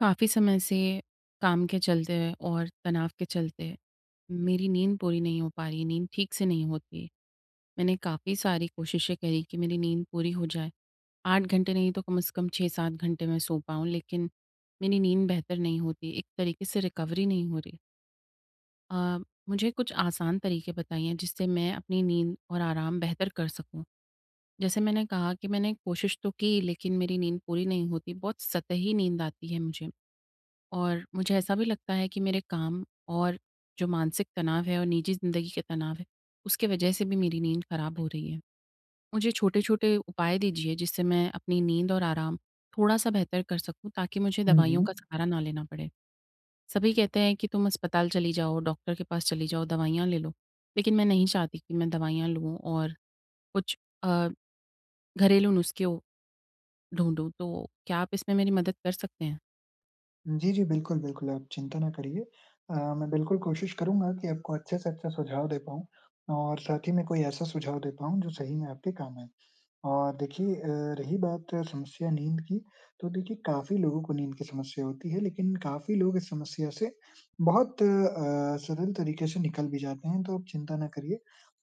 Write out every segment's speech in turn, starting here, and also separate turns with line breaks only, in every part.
काफ़ी समय से काम के चलते और तनाव के चलते मेरी नींद पूरी नहीं हो पा रही। नींद ठीक से नहीं होती। मैंने काफ़ी सारी कोशिशें करी कि मेरी नींद पूरी हो जाए। 8 घंटे नहीं तो कम से कम 6-7 घंटे मैं सो पाऊँ, लेकिन मेरी नींद बेहतर नहीं होती। एक तरीके से रिकवरी नहीं हो रही। अ, मुझे कुछ आसान तरीके बताइए जिससे मैं अपनी नींद और आराम बेहतर कर सकूँ। जैसे मैंने कहा कि मैंने कोशिश तो की, लेकिन मेरी नींद पूरी नहीं होती। बहुत सतही नींद आती है मुझे। और मुझे ऐसा भी लगता है कि मेरे काम और जो मानसिक तनाव है और निजी ज़िंदगी के तनाव है, उसके वजह से भी मेरी नींद ख़राब हो रही है। मुझे छोटे-छोटे उपाय दीजिए जिससे मैं अपनी नींद और आराम थोड़ा-सा बेहतर कर सकूँ, ताकि मुझे
हुँ,
दवाइयों
जी।
का सहारा ना लेना पड़े। सभी कहते हैं कि तुम अस्पताल चली जाओ, डॉक्टर के पास चली जाओ, दवाइयाँ ले लो, लेकिन मैं नहीं चाहती कि मैं दवाइयाँ लूँ और कुछ अ, घरेलू नुस्खे ढूँढूँ। तो क्या आप इसमें मेरी मदद कर सकते हैं?
जी, जी, बिल्कुल, बिल्कुल, आप चिंता ना करिए। मैं बिल्कुल कोशिश करूँगा कि आपको अच्छे से अच्छा सुझाव दे पाऊँ और साथ ही में कोई ऐसा सुझाव दे पाऊँ जो सही में आपके काम आए। और देखिए रही बात समस्या नींद की, तो देखिए काफ़ी लोगों को नींद की समस्या होती है, लेकिन काफ़ी लोग इस समस्या से बहुत सरल तरीके से निकल भी जाते हैं, तो आप चिंता ना करिए,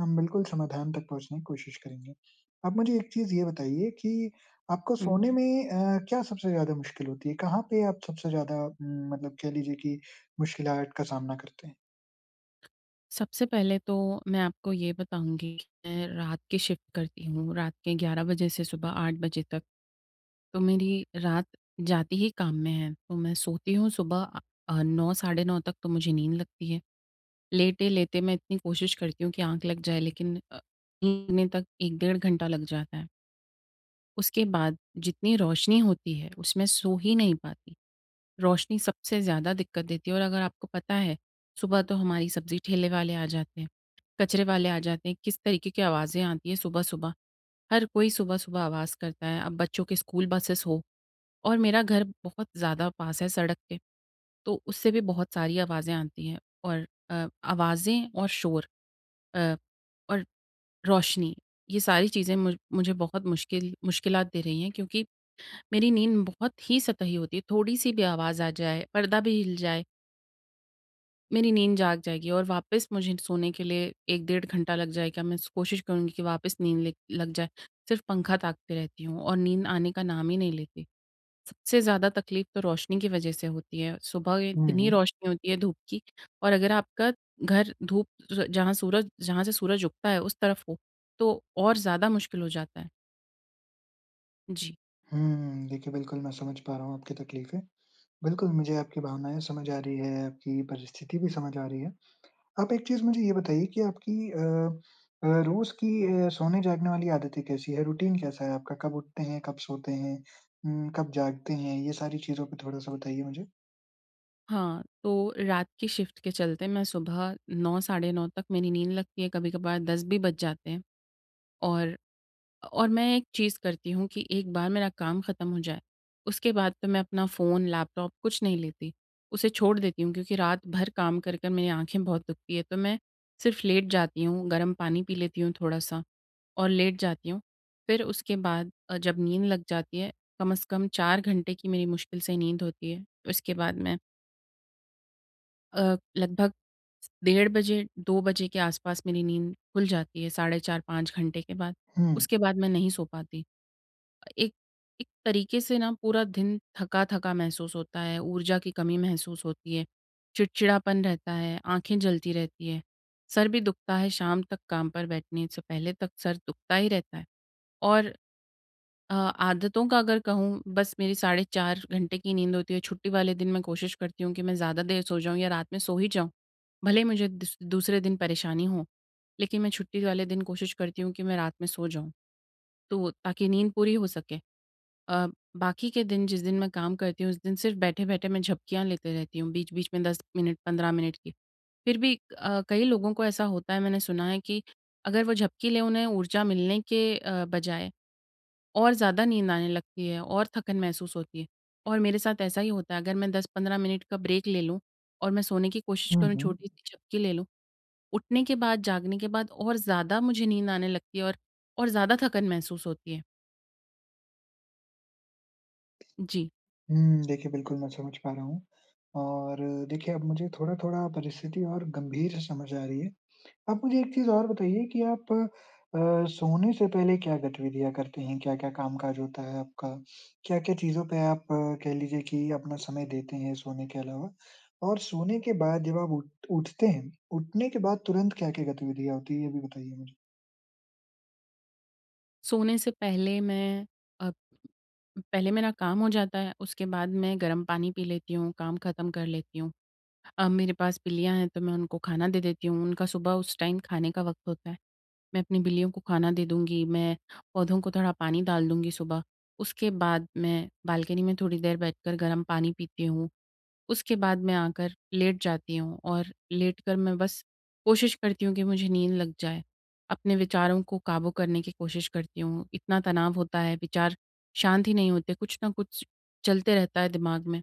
हम बिल्कुल समाधान तक पहुँचने की कोशिश करेंगे। आप मुझे एक चीज़ ये बताइए कि आपको
हुँ।
सोने में क्या सबसे ज़्यादा मुश्किल होती है? कहाँ पे आप सबसे ज़्यादा मतलब कह लीजिए कि मुश्किलात का सामना करते हैं?
सबसे पहले तो मैं आपको ये बताऊँगी कि मैं रात की शिफ्ट करती हूँ, रात के 11 बजे से सुबह 8 बजे तक। तो मेरी रात जाती ही काम में है, तो मैं सोती हूँ सुबह 9 साढ़े 9 तक तो मुझे नींद लगती है। लेटे-लेटे मैं इतनी कोशिश करती हूँ कि आँख लग जाए, लेकिन नींदने तक 1 डेढ़ घंटा लग जाता है। उसके बाद जितनी रोशनी होती है उसमें सो ही नहीं पाती। रोशनी सबसे ज़्यादा दिक्कत देती है, और अगर आपको पता है, सुबह तो हमारी सब्ज़ी ठेले वाले आ जाते हैं, कचरे वाले आ जाते हैं, किस तरीके की आवाज़ें आती हैं सुबह-सुबह। हर कोई सुबह-सुबह आवाज़ करता है, अब बच्चों के स्कूल बसेस हो, और मेरा घर बहुत ज़्यादा पास है सड़क के, तो उससे भी बहुत सारी आवाज़ें आती हैं। और आवाज़ें और शोर अ, और रोशनी, ये सारी चीज़ें मुझे बहुत मुश्किलात दे रही हैं, क्योंकि मेरी नींद बहुत ही सतही होती है, थोड़ी-सी भी आवाज़ आ जाए, पर्दा भी हिल जाए, मेरी नींद जाग जाएगी और वापस मुझे सोने के लिए 1 डेढ़ घंटा लग जाएगा। मैं कोशिश करूँगी कि वापस नींद ले लग जाए। सिर्फ़ पंखा ताकती रहती हूँ और नींद आने का नाम ही नहीं लेती। सबसे ज़्यादा तकलीफ़ तो रोशनी की वज़ह से होती है। सुबह
हुँ,
इतनी
हुँ।
रोशनी होती है धूप की, और अगर आपका घर धूप ज जहाँ सूरज जहाँ से सूरज उगता है उस तरफ हो, तो और ज़्यादा मुश्किल हो जाता है। जी।
देखिए बिल्कुल मैं समझ पा रहा हूँ आपकी तकलीफ़ें। बिल्कुल, मुझे आपकी भावनाएँ समझ आ रही है, आपकी परिस्थिति भी समझ आ रही है। आप एक चीज़ मुझे ये बताइए कि आपकी रोज़ की सोने-जागने वाली आदतें कैसी है? रूटीन कैसा है आपका? कब उठते हैं, कब सोते हैं? कब जागते हैं? ये सारी चीज़ों पे थोड़ा-सा बताइए मुझे।
हाँ, तो रात की शिफ्ट के चलते मैं सुबह 9 साढ़े 9 तक मेरी नींद लगती है, कभी-कभार 10 भी बज जाते हैं। और मैं एक चीज़ करती हूँ कि एक बार मेरा काम ख़त्म हो जाए, उसके बाद तो मैं अपना फ़ोन, लैपटॉप कुछ नहीं लेती। उसे छोड़ देती हूँ, क्योंकि रात भर काम कर, कर मेरी आँखें बहुत दुखती है, तो मैं सिर्फ़ लेट जाती हूँ, गर्म पानी पी लेती हूँ थोड़ा-सा और लेट जाती हूँ। फिर उसके बाद जब नींद लग जाती है, कम से कम 4 घंटे की मेरी मुश्किल से नींद होती है। उसके बाद मैं लगभग डेढ़ बजे, 2 बजे के आसपास मेरी नींद खुल जाती है, साढ़े 4-5 घंटे के बाद।
हुँ,
उसके बाद मैं नहीं सो पाती। एक एक तरीके से ना पूरा दिन थका-थका महसूस होता है, ऊर्जा की कमी महसूस होती है, चिड़चिड़ापन रहता है, आँखें जलती रहती है, सर भी दुखता है, शाम तक काम पर बैठने से पहले तक सर दुखता ही रहता है। और आदतों का अगर कहूँ, बस मेरी साढ़े 4 घंटे की नींद होती है। छुट्टी वाले दिन मैं कोशिश करती हूँ कि मैं ज़्यादा देर सो जाऊँ या रात में सो ही जाऊँ, भले ही मुझे दूसरे दिन परेशानी हो, लेकिन मैं छुट्टी वाले दिन कोशिश करती हूँ कि मैं रात में सो जाऊँ, तो ताकि नींद पूरी हो सके। अ, बाकी के दिन जिस दिन मैं काम करती हूँ, उस दिन सिर्फ बैठे-बैठे मैं झपकियाँ लेते रहती हूँ, बीच-बीच में 10 मिनट 15 मिनट की। फिर भी कई लोगों को ऐसा होता है, मैंने सुना है कि अगर वो झपकी लें उन्हें ऊर्जा मिलने के बजाय और ज़्यादा नींद आने लगती है और थकन महसूस होती है। और मेरे साथ ऐसा ही होता है, अगर मैं 10-15 मिनट का ब्रेक ले लूँ और मैं सोने की कोशिश
हुँ,
करूँ,
हुँ।
छोटी-सी झपकी ले लूँ, उठने के बाद, जागने के बाद और ज़्यादा मुझे नींद आने लगती है और ज़्यादा थकन महसूस होती है। जी।
देखिए बिल्कुल मैं समझ पा रहा हूँ और देखिए अब मुझे थोड़ा-थोड़ा परिस्थिति और गंभीर से समझ आ रही है। आप मुझे एक चीज़ और बताइए कि आप सोने से पहले क्या गतिविधियाँ करते हैं? क्या-क्या काम-काज होता है आपका? क्या-क्या चीज़ों पे आप कह लीजिए कि अपना समय देते हैं सोने के अलावा? और सोने के बाद जब आप उठ उठते हैं, उठने के बाद तुरंत क्या-क्या गतिविधियाँ होती है, ये भी बताइए मुझे?
सोने से पहले मैं अ, पहले मेरा काम हो जाता है, उसके बाद मैं गर्म पानी पी लेती हूँ, काम ख़त्म कर लेती हूँ। अब मेरे पास बिल्लियाँ हैं, तो मैं उनको खाना दे देती हूँ, उनका सुबह उस टाइम खाने का वक़्त होता है। मैं अपनी बिल्लियों को खाना दे दूँगी, मैं पौधों को थोड़ा पानी डाल दूँगी सुबह। उसके बाद मैं बालकनी में थोड़ी देर बैठकर गर्म पानी पीती हूँ। उसके बाद मैं आकर लेट जाती हूँ और लेटकर मैं बस कोशिश करती हूँ कि मुझे नींद लग जाए। अपने विचारों को काबू करने की कोशिश करती हूँ। इतना तनाव होता है, विचार शांत ही नहीं होते, कुछ ना कुछ चलते रहता है दिमाग में।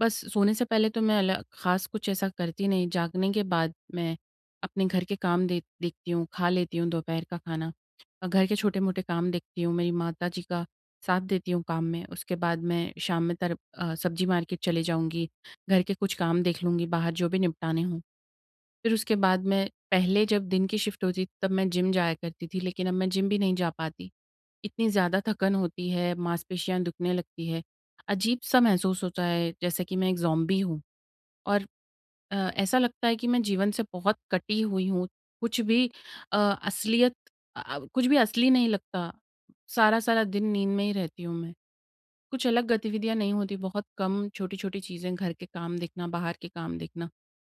बस सोने से पहले तो मैं अलग ख़ास कुछ ऐसा करती नहीं, जागने के बाद मैं अपने घर के काम दे देखती हूँ, खा लेती हूँ दोपहर का खाना। घर के छोटे-मोटे काम देखती हूँ, मेरी माताजी का साथ देती हूँ काम में। उसके बाद मैं शाम में सब्ज़ी मार्केट चली जाऊँगी, घर के कुछ काम देख लूँगी, बाहर जो भी निपटाने हों। फिर उसके बाद, मैं पहले जब दिन की शिफ्ट होती थी तब मैं जिम जाया करती थी, लेकिन अब मैं जिम भी नहीं जा पाती। इतनी ज़्यादा थकन होती है, मांसपेशियाँ दुखने लगती है। अजीब-सा महसूस होता है जैसे कि मैं एक ज़ॉम्बी हूँ, और ऐसा लगता है कि मैं जीवन से बहुत कटी हुई हूँ। कुछ भी अ, असलियत अ, कुछ भी असली नहीं लगता। सारा-सारा दिन नींद में ही रहती हूँ मैं। कुछ अलग गतिविधियाँ नहीं होती, बहुत कम छोटी-छोटी चीज़ें, घर के काम देखना, बाहर के काम देखना।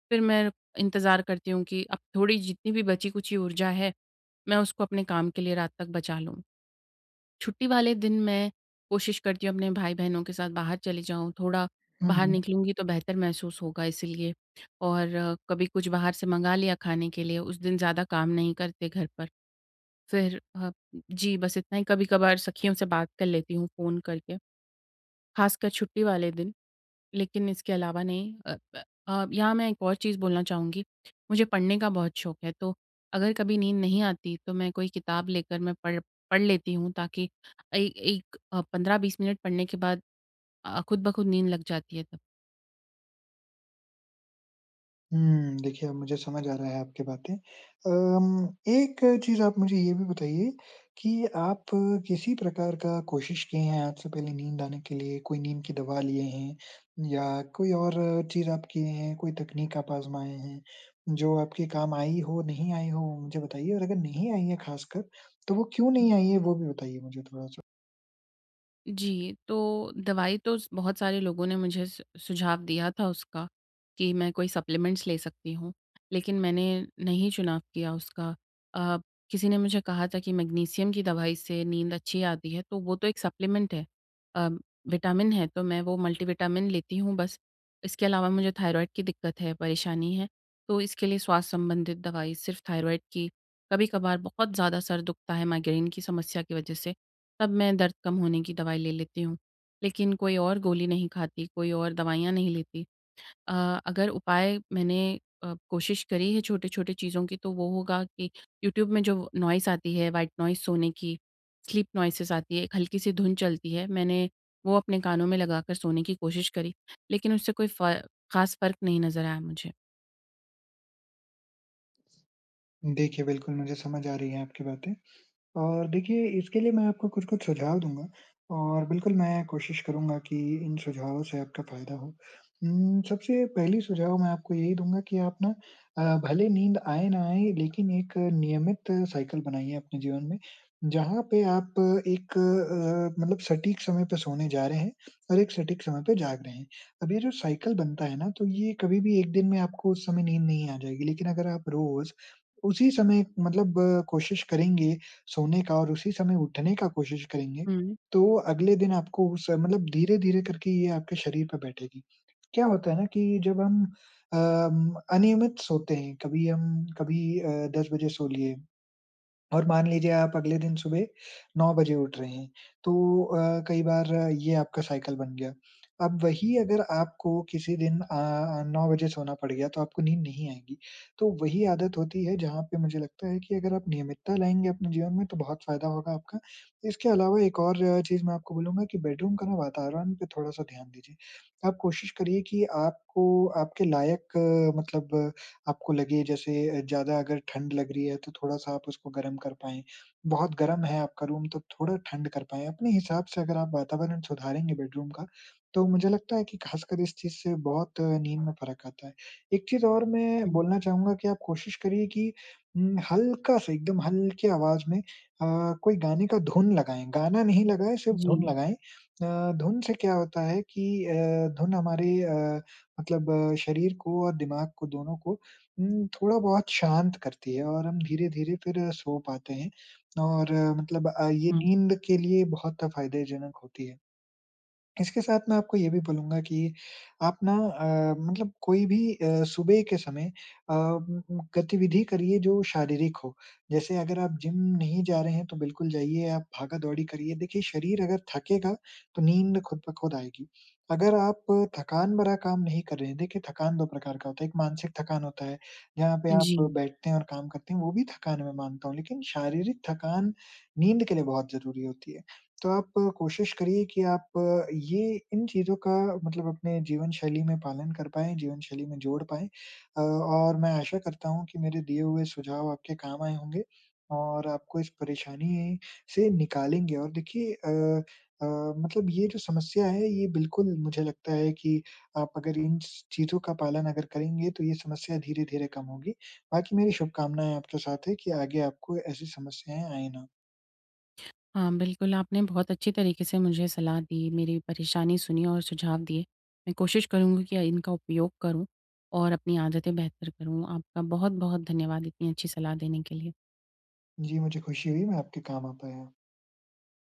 फिर मैं इंतज़ार करती हूँ कि अब थोड़ी जितनी भी बची-कुची ऊर्जा है, मैं उसको अपने काम के लिए रात तक बचा लूँ। छुट्टी वाले दिन मैं कोशिश करती हूँ अपने भाई-बहनों के साथ बाहर चली जाऊँ, थोड़ा बाहर
हम्म।
निकलूँगी तो बेहतर महसूस होगा इसीलिए। और कभी कुछ बाहर से मँगा लिया खाने के लिए, उस दिन ज़्यादा काम नहीं करते घर पर। फिर जी बस इतना ही, कभी-कभार सखियों से बात कर लेती हूँ फ़ोन करके, ख़ासकर छुट्टी वाले दिन। लेकिन इसके अलावा नहीं, यहाँ मैं एक और चीज़ बोलना चाहूँगी, मुझे पढ़ने का बहुत शौक है, तो अगर कभी नींद नहीं आती तो मैं कोई किताब लेकर मैं पढ़ पढ़ लेती हूँ, ताकि ए एक अ, 15-20 मिनट पढ़ने के बाद खुद ब खुद नींद लग जाती है तब।
देखिए, अब मुझे समझ आ रहा है आपकी बातें। एक चीज़ आप मुझे ये भी बताइए कि आप किसी प्रकार का कोशिश किए हैं आज से पहले नींद आने के लिए? कोई नींद की दवा लिए हैं या कोई और चीज़ आप किए हैं, कोई तकनीक आप आज़माए हैं, जो आपके काम आई हो, नहीं आई हो, वो मुझे बताइए? और अगर नहीं आई है ख़ासकर, तो वो क्यों नहीं आई है, वो भी बताइए मुझे थोड़ा-सा?
जी, तो दवाई तो स बहुत सारे लोगों ने मुझे सु सुझाव दिया था उसका, कि मैं कोई सप्लीमेंट्स ले सकती हूँ, लेकिन मैंने नहीं चुनाव किया उसका। अ, किसी ने मुझे कहा था कि मैग्नीशियम की दवाई से नींद अच्छी आती है, तो वो तो एक सप्लीमेंट है। अ, विटामिन है, तो मैं वो मल्टीविटामिन लेती हूँ बस। इसके अलावा मुझे थायरॉइड की दिक्कत है, परेशानी है, तो इसके लिए श्वास संबंधित दवाई सिर्फ़ थायरॉइड की, कभी-कभार बहुत ज़्यादा सर दुखता है माइग्रेन की समस्या की वजह से, तब मैं दर्द कम होने की दवाई ले लेती हूँ। लेकिन कोई और गोली नहीं खाती, कोई और दवाइयाँ नहीं लेती। अगर उपाय मैंने कोशिश करी है छोटे-छोटे चीज़ों की, तो वो होगा कि यूट्यूब में जो नॉइज़ आती है, व्हाइट नॉइज़ सोने की, स्लीप नॉइसेज़ आती है, एक हल्की-सी धुन चलती है, मैंने वो अपने कानों में लगाकर सोने की कोशिश करी। लेकिन उससे कोई फ ख़ास फ़र्क नहीं नज़र आया मुझे।
देखिए, बिल्कुल मुझे समझ आ रही है आपकी बातें। और देखिए, इसके लिए मैं आपको कुछ-कुछ सुझाव दूँगा और बिल्कुल मैं कोशिश करूँगा कि इन सुझावों से आपका फ़ायदा हो। सबसे पहली सुझाव मैं आपको यही दूँगा कि आप ना भले नींद आए ना आए, लेकिन एक नियमित साइकिल बनाइए अपने जीवन में, जहाँ पे आप एक मतलब सटीक समय पे सोने जा रहे हैं और एक सटीक समय पे जाग रहे हैं। अब ये जो साइकिल बनता है ना, तो ये कभी भी एक दिन में आपको उस समय नींद नहीं आ जाएगी, लेकिन अगर आप रोज़ उसी समय मतलब कोशिश करेंगे सोने का और उसी समय उठने का कोशिश करेंगे,
हुँ।
तो अगले दिन आपको उस मतलब धीरे-धीरे करके ये आपके शरीर पे बैठेगी। क्या होता है ना कि जब हम अनियमित सोते हैं, कभी हम कभी 10 बजे सो लिए, और मान लीजिए आप अगले दिन सुबह 9 बजे उठ रहे हैं, तो कई बार ये आपका साइकिल बन गया। अब वही अगर आपको किसी दिन 9 बजे सोना पड़ गया तो आपको नींद नहीं आएगी। तो वही आदत होती है जहाँ पे मुझे लगता है कि अगर आप नियमितता लाएँगे अपने जीवन में तो बहुत फ़ायदा होगा आपका। इसके अलावा एक और चीज़ मैं आपको बोलूँगा कि बेडरूम का ना वातावरण पे थोड़ा-सा ध्यान दीजिए। आप कोशिश करिए कि आपको आपके लायक मतलब आपको लगे जैसे ज़्यादा अगर ठंड लग रही है तो थोड़ा-सा आप उसको गर्म कर पाएँ। बहुत गर्म है आपका रूम तो थोड़ा ठंड कर पाएँ। अपने हिसाब से अगर आप वातावरण सुधारेंगे बेडरूम का, तो मुझे लगता है कि खासकर इस चीज़ से बहुत नींद में फ़र्क आता है। एक चीज़ और मैं
हुँ।
बोलना चाहूँगा कि आप कोशिश करिए कि हल्का-सा एकदम हल्की आवाज़ में कोई गाने का धुन लगाएँ। गाना नहीं लगाएँ, सिर्फ़
जी।
धुन लगाएँ। धुन से क्या होता है कि धुन हमारे मतलब शरीर को और दिमाग को दोनों को थोड़ा बहुत शांत करती है और हम धीरे-धीरे फिर सो पाते हैं और मतलब ये
हुँ।
नींद के लिए बहुत फ़ायदेजनक होती है। इसके साथ मैं आपको ये भी बोलूँगा कि आप ना मतलब कोई भी सुबह के समय गतिविधि करिए जो शारीरिक हो। जैसे अगर आप जिम नहीं जा रहे हैं तो बिल्कुल जाइए, आप भागा-दौड़ी करिए। देखिए शरीर अगर थकेगा तो नींद खुद ब खुद आएगी। अगर आप थकान भरा काम नहीं कर रहे हैं देखिए थकान 2 प्रकार का होता है, एक मानसिक थकान होता है, जहाँ पे आप
जी।
बैठते हैं और काम करते हैं, वो भी थकान मैं मानता हूँ। लेकिन शारीरिक थकान नींद के लिए बहुत ज़रूरी होती है। तो आप कोशिश करिए कि आप ये इन चीज़ों का मतलब अपने जीवन शैली में पालन कर पाएँ, जीवन शैली में जोड़ पाएँ। और मैं आशा करता हूँ कि मेरे दिए हुए सुझाव आपके काम आए होंगे और आपको इस परेशानी से निकालेंगे और देखिए अ, मतलब ये जो समस्या है ये बिल्कुल मुझे लगता है कि आप अगर इन स चीज़ों का पालन अगर करेंगे तो ये समस्या धीरे-धीरे कम होगी। बाकी मेरी शुभकामनाएँ आपके साथ है कि आगे आपको ऐसी समस्याएँ आए ना।
हाँ, बिल्कुल, आपने बहुत अच्छी तरीके से मुझे सलाह दी, मेरी परेशानी सुनी और सुझाव दिए। मैं कोशिश करूँगी कि इनका उपयोग करूँ और अपनी आदतें बेहतर करूँ। आपका बहुत-बहुत धन्यवाद इतनी अच्छी सलाह देने के लिए।
जी, मुझे खुशी हुई मैं आपके काम आ पाया।